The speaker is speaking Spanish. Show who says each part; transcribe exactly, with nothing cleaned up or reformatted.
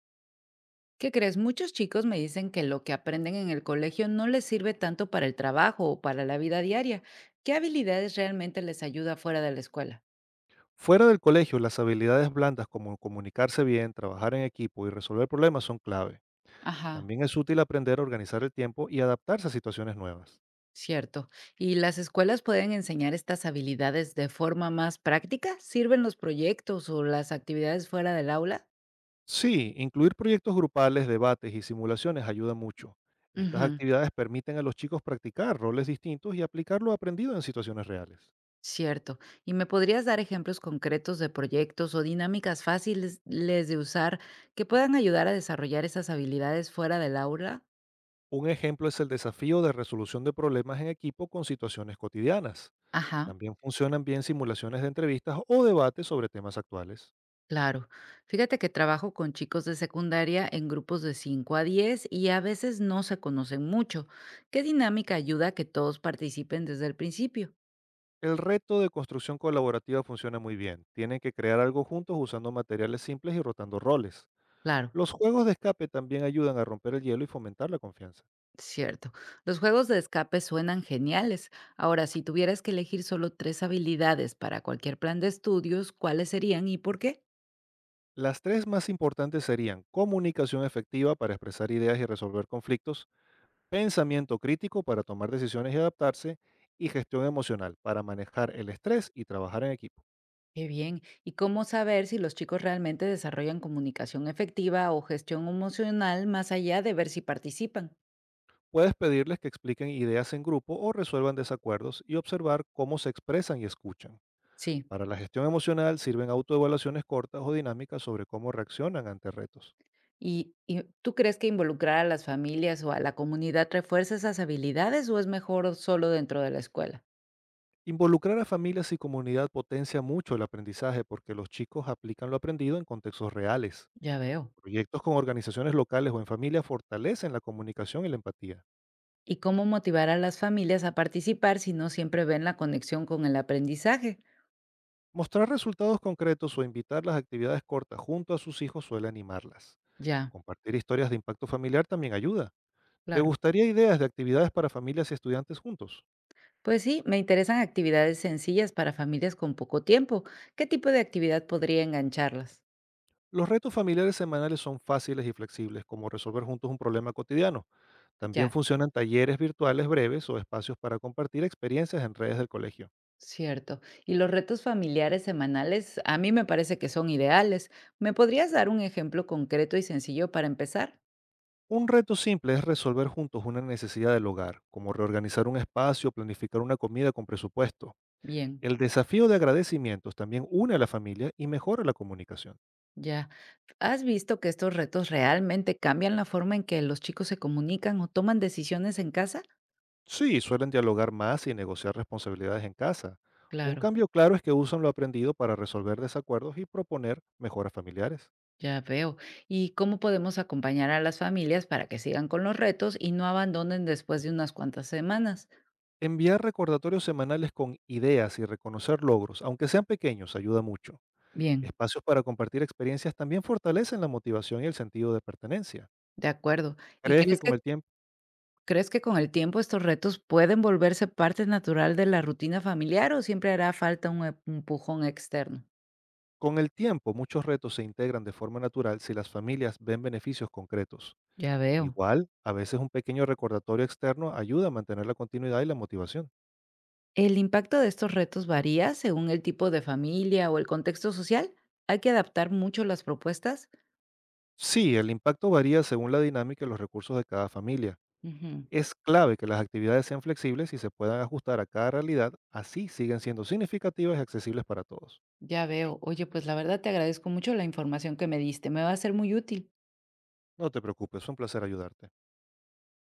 Speaker 1: ¿Qué crees? Muchos chicos me dicen que lo que aprenden en el colegio no les sirve tanto para el trabajo o para la vida diaria. ¿Qué habilidades realmente les ayuda fuera de la escuela?
Speaker 2: Fuera del colegio, las habilidades blandas como comunicarse bien, trabajar en equipo y resolver problemas son clave.
Speaker 1: Ajá,
Speaker 2: También es útil aprender a organizar el tiempo y adaptarse a situaciones nuevas.
Speaker 1: cierto. ¿Y las escuelas pueden enseñar estas habilidades de forma más práctica? ¿Sirven los proyectos o las actividades fuera del aula?
Speaker 2: Sí, incluir proyectos grupales, debates y simulaciones ayuda mucho. Estas
Speaker 1: Ujú,
Speaker 2: actividades permiten a los chicos practicar roles distintos y aplicar lo aprendido en situaciones reales.
Speaker 1: cierto. ¿Y me podrías dar ejemplos concretos de proyectos o dinámicas fáciles les de usar que puedan ayudar a desarrollar esas habilidades fuera del aula?
Speaker 2: Un ejemplo es el desafío de resolución de problemas en equipo con situaciones cotidianas.
Speaker 1: Ajá.
Speaker 2: También funcionan bien simulaciones de entrevistas o debates sobre temas actuales.
Speaker 1: Claro. Fíjate que trabajo con chicos de secundaria en grupos de cinco a diez y a veces no se conocen mucho. ¿Qué dinámica ayuda a que todos participen desde el principio?
Speaker 2: El reto de construcción colaborativa funciona muy bien. Tienen que crear algo juntos usando materiales simples y rotando roles.
Speaker 1: Claro,
Speaker 2: Los juegos de escape también ayudan a romper el hielo y fomentar la confianza.
Speaker 1: cierto. Los juegos de escape suenan geniales. Ahora, si tuvieras que elegir solo tres habilidades para cualquier plan de estudios, ¿cuáles serían y por qué?
Speaker 2: Las tres más importantes serían comunicación efectiva para expresar ideas y resolver conflictos, pensamiento crítico para tomar decisiones y adaptarse, y gestión emocional para manejar el estrés y trabajar en equipo.
Speaker 1: Qué bien. ¿Y cómo saber si los chicos realmente desarrollan comunicación efectiva o gestión emocional más allá de ver si participan?
Speaker 2: Puedes pedirles que expliquen ideas en grupo o resuelvan desacuerdos y observar cómo se expresan y escuchan.
Speaker 1: Sí.
Speaker 2: Para la gestión emocional sirven autoevaluaciones cortas o dinámicas sobre cómo reaccionan ante retos.
Speaker 1: ¿Y y tú crees que involucrar a las familias o a la comunidad refuerza esas habilidades o es mejor solo dentro de la escuela?
Speaker 2: Involucrar a familias y comunidad potencia mucho el aprendizaje porque los chicos aplican lo aprendido en contextos reales.
Speaker 1: Ya veo.
Speaker 2: Proyectos con organizaciones locales o en familia fortalecen la comunicación y la empatía.
Speaker 1: ¿Y cómo motivar a las familias a participar si no siempre ven la conexión con el aprendizaje?
Speaker 2: Mostrar resultados concretos o invitar las actividades cortas junto a sus hijos suele animarlas.
Speaker 1: Ya,
Speaker 2: Compartir historias de impacto familiar también ayuda. ¿Te
Speaker 1: claro.
Speaker 2: gustaría ideas de actividades para familias y estudiantes juntos?
Speaker 1: Pues sí, me interesan actividades sencillas para familias con poco tiempo. ¿Qué tipo de actividad podría engancharlas?
Speaker 2: Los retos familiares semanales son fáciles y flexibles, como resolver juntos un problema cotidiano. También
Speaker 1: Ya,
Speaker 2: funcionan talleres virtuales breves o espacios para compartir experiencias en redes del colegio.
Speaker 1: cierto. Y los retos familiares semanales a mí me parece que son ideales. ¿Me podrías dar un ejemplo concreto y sencillo para empezar?
Speaker 2: Un reto simple es resolver juntos una necesidad del hogar, como reorganizar un espacio o planificar una comida con presupuesto.
Speaker 1: Bien.
Speaker 2: El desafío de agradecimientos también une a la familia y mejora la comunicación.
Speaker 1: Ya. ¿Has visto que estos retos realmente cambian la forma en que los chicos se comunican o toman decisiones en casa?
Speaker 2: Sí, suelen dialogar más y negociar responsabilidades en casa. Un
Speaker 1: Claro.
Speaker 2: cambio claro es que usan lo aprendido para resolver desacuerdos y proponer mejoras familiares.
Speaker 1: Ya veo. ¿Y cómo podemos acompañar a las familias para que sigan con los retos y no abandonen después de unas cuantas semanas?
Speaker 2: Enviar recordatorios semanales con ideas y reconocer logros, aunque sean pequeños, ayuda mucho.
Speaker 1: Bien,
Speaker 2: Espacios para compartir experiencias también fortalecen la motivación y el sentido de pertenencia.
Speaker 1: de acuerdo. ¿Y
Speaker 2: ¿Crees que
Speaker 1: crees
Speaker 2: con
Speaker 1: que
Speaker 2: el tiempo,
Speaker 1: crees que con el tiempo estos retos pueden volverse parte natural de la rutina familiar o siempre hará falta un empujón externo?
Speaker 2: con el tiempo muchos retos se integran de forma natural si las familias ven beneficios concretos?
Speaker 1: Ya veo.
Speaker 2: Igual, a veces un pequeño recordatorio externo ayuda a mantener la continuidad y la motivación.
Speaker 1: El impacto de estos retos varía según el tipo de familia o el contexto social. Hay que adaptar mucho las propuestas.
Speaker 2: Sí, el impacto varía según la dinámica y los recursos de cada familia.
Speaker 1: Ujú,
Speaker 2: Es clave que las actividades sean flexibles y se puedan ajustar a cada realidad, así siguen siendo significativas y accesibles para todos.
Speaker 1: ya veo. Oye, pues la verdad te agradezco mucho la información que me diste. Me va a ser muy útil.
Speaker 2: No te preocupes, fue un placer ayudarte.